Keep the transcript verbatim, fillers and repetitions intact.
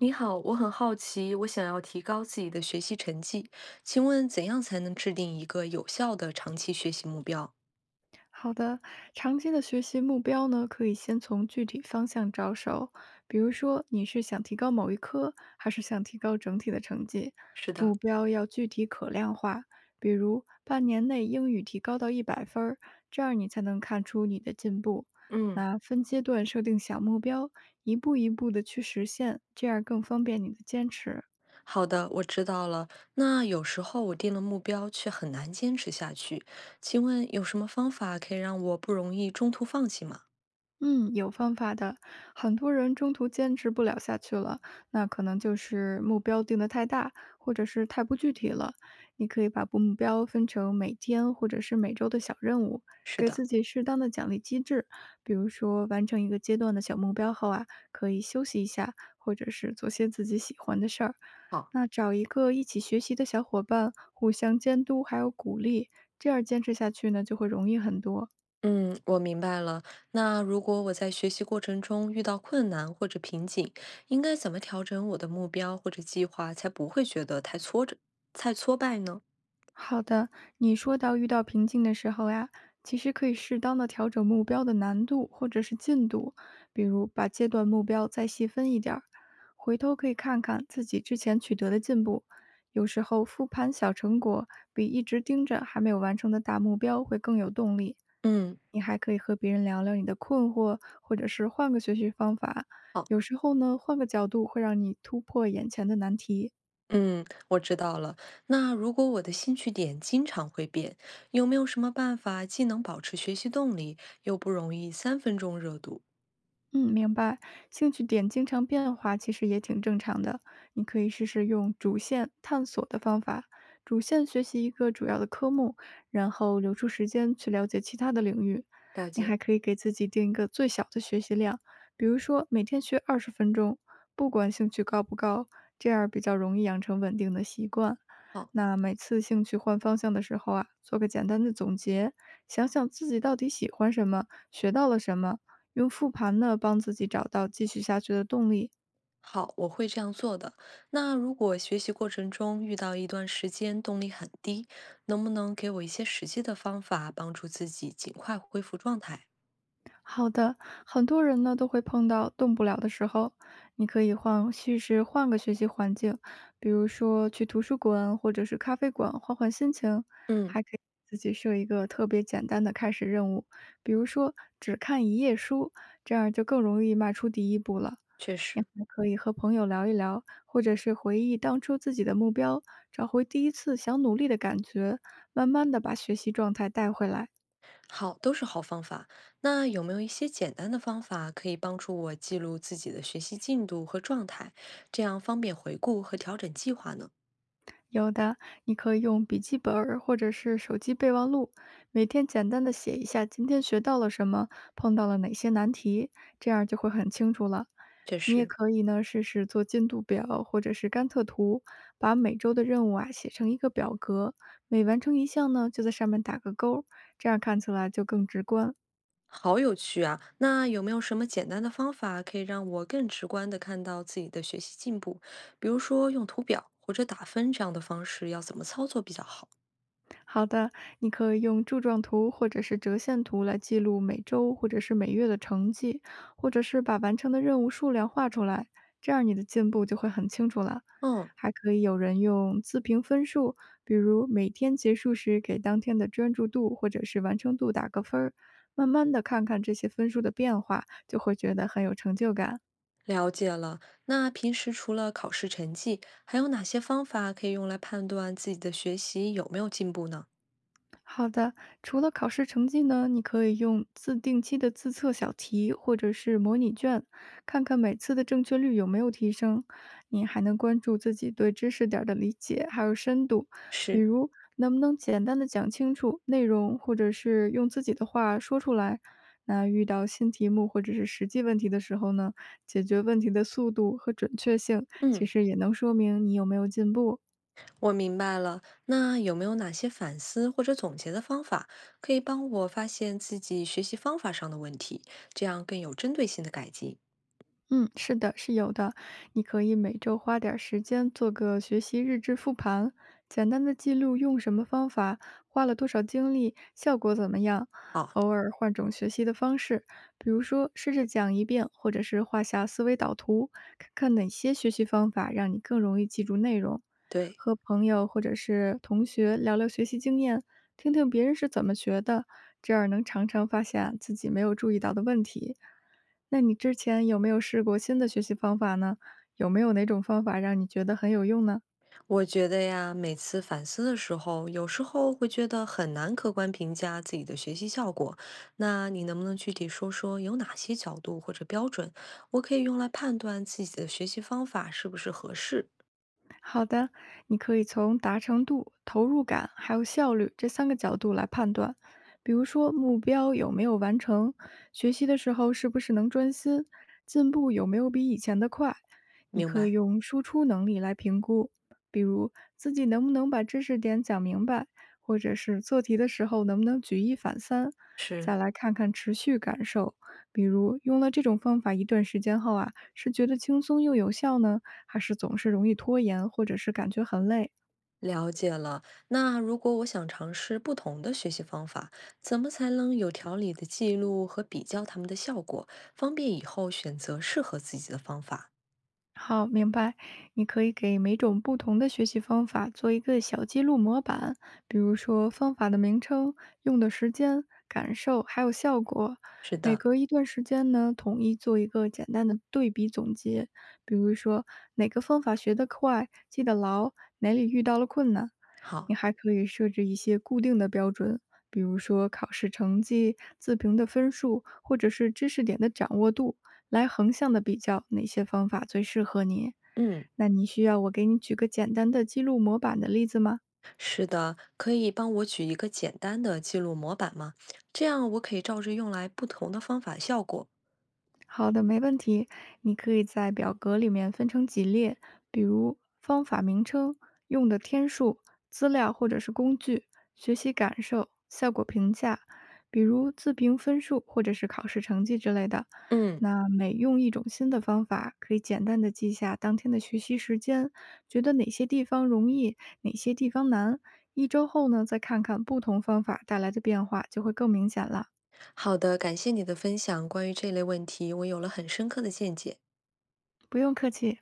你好，我很好奇，我想要提高自己的学习成绩，请问怎样才能制定一个有效的长期学习目标？好的，长期的学习目标呢，可以先从具体方向着手，比如说你是想提高某一科，还是想提高整体的成绩？是的。目标要具体可量化，比如半年内英语提高到一百分儿，这样你才能看出你的进步。嗯。那分阶段设定小目标，一步一步的去实现，这样更方便你的坚持。好的，我知道了。那有时候我定了目标却很难坚持下去，请问有什么方法可以让我不容易中途放弃吗？嗯，有方法的。很多人中途坚持不了下去了，那可能就是目标定得太大，或者是太不具体了。你可以把目标分成每天或者是每周的小任务，是给的。自己适当的奖励机制，比如说完成一个阶段的小目标后啊，可以休息一下，或者是做些自己喜欢的事儿。好。那找一个一起学习的小伙伴，互相监督还有鼓励，这样坚持下去呢，就会容易很多。嗯，我明白了。那如果我在学习过程中遇到困难或者瓶颈，应该怎么调整我的目标或者计划，才不会觉得太挫折、太挫败呢？好的，你说到遇到瓶颈的时候呀，其实可以适当的调整目标的难度或者是进度，比如把阶段目标再细分一点儿，回头可以看看自己之前取得的进步。有时候复盘小成果，比一直盯着还没有完成的大目标会更有动力。嗯。你还可以和别人聊聊你的困惑，或者是换个学习方法。好。有时候呢，换个角度会让你突破眼前的难题。嗯，我知道了。那如果我的兴趣点经常会变，有没有什么办法既能保持学习动力，又不容易三分钟热度？嗯，明白。兴趣点经常变化，其实也挺正常的。你可以试试用主线探索的方法，主线学习一个主要的科目，然后留出时间去了解其他的领域。了你还解。可以给自己定一个最小的学习量，比如说每天学二十分钟，不管兴趣高不高，这样比较容易养成稳定的习惯。哦。那每次兴趣换方向的时候啊，做个简单的总结，想想自己到底喜欢什么，学到了什么。用复盘呢，帮自己找到继续下去的动力。好，我会这样做的。那如果学习过程中遇到一段时间动力很低，能不能给我一些实际的方法，帮助自己尽快恢复状态？好的，很多人呢都会碰到动不了的时候，你可以换试试换个学习环境，比如说去图书馆或者是咖啡馆换换心情，嗯。还可以自己设一个特别简单的开始任务，比如说只看一页书，这样就更容易迈出第一步了。确你实。还可以和朋友聊一聊，或者是回忆当初自己的目标，找回第一次想努力的感觉，慢慢的把学习状态带回来。好，都是好方法。那有没有一些简单的方法可以帮助我记录自己的学习进度和状态，这样方便回顾和调整计划呢？有的，你可以用笔记本儿或者是手机备忘录，每天简单的写一下今天学到了什么，碰到了哪些难题，这样就会很清楚了。确你也实。可以呢，试试做进度表或者是甘特图，把每周的任务啊写成一个表格，每完成一项呢，就在上面打个勾儿，这样看起来就更直观。好有趣啊！那有没有什么简单的方法可以让我更直观地看到自己的学习进步？比如说用图表或者打分这样的方式，要怎么操作比较好？好的，你可以用柱状图或者是折线图来记录每周或者是每月的成绩，或者是把完成的任务数量画出来，这样你的进步就会很清楚了。嗯。还可以有人用自评分数，比如每天结束时给当天的专注度或者是完成度打个分儿，慢慢的看看这些分数的变化，就会觉得很有成就感。了解了。那平时除了考试成绩，还有哪些方法可以用来判断自己的学习有没有进步呢？好的，除了考试成绩呢，你可以用自定期的自测小题或者是模拟卷，看看每次的正确率有没有提升。你还能关注自己对知识点儿的理解，还有深度，比是。如能不能简单的讲清楚内容，或者是用自己的话说出来。那遇到新题目或者是实际问题的时候呢，解决问题的速度和准确性，其嗯，实也能说明你有没有进步。我明白了，那有没有哪些反思或者总结的方法，可以帮我发现自己学习方法上的问题，这样更有针对性的改进？嗯，是的，是有的。你可以每周花点儿时间做个学习日志复盘，简单的记录用什么方法，花了多少精力，效果怎么样。哦。偶尔换种学习的方式，比如说试着讲一遍，或者是画下思维导图，看看哪些学习方法让你更容易记住内容。对。和朋友或者是同学聊聊学习经验，听听别人是怎么学的，这样能常常发现自己没有注意到的问题。那你之前有没有试过新的学习方法呢？有没有哪种方法让你觉得很有用呢？我觉得呀，每次反思的时候，有时候会觉得很难客观评价自己的学习效果。那你能不能具体说说有哪些角度或者标准，我可以用来判断自己的学习方法是不是合适？好的，你可以从达成度、投入感还有效率这三个角度来判断。比如说，目标有没有完成，学习的时候是不是能专心，进步有没有比以前的快。你明可以白。用输出能力来评估，比如自己能不能把知识点讲明白，或者是做题的时候能不能举一反三。是。再来看看持续感受，比如用了这种方法一段时间后啊，是觉得轻松又有效呢，还是总是容易拖延，或者是感觉很累？了解了。那如果我想尝试不同的学习方法，怎么才能有条理的记录和比较它们的效果，方便以后选择适合自己的方法？好，明白。你可以给每种不同的学习方法做一个小记录模板，比如说方法的名称、用的时间、感受，还有效果。是每的。隔一段时间呢，统一做一个简单的对比总结，比如说哪个方法学得快、记得牢，哪里遇到了困难。好。你还可以设置一些固定的标准，比如说考试成绩、自评的分数，或者是知识点的掌握度。来横向的比较哪些方法最适合你。嗯。那你需要我给你举个简单的记录模板的例子吗？是的，可以帮我举一个简单的记录模板吗？这样我可以照着用来不同的方法效果。好的，没问题。你可以在表格里面分成几列，比如方法名称、用的天数、资料或者是工具、学习感受、效果评价，比如自评分数或者是考试成绩之类的。嗯。那每用一种新的方法，可以简单的记下当天的学习时间，觉得哪些地方容易，哪些地方难。一周后呢，再看看不同方法带来的变化，就会更明显了。好的，感谢你的分享。关于这类问题，我有了很深刻的见解。不用客气。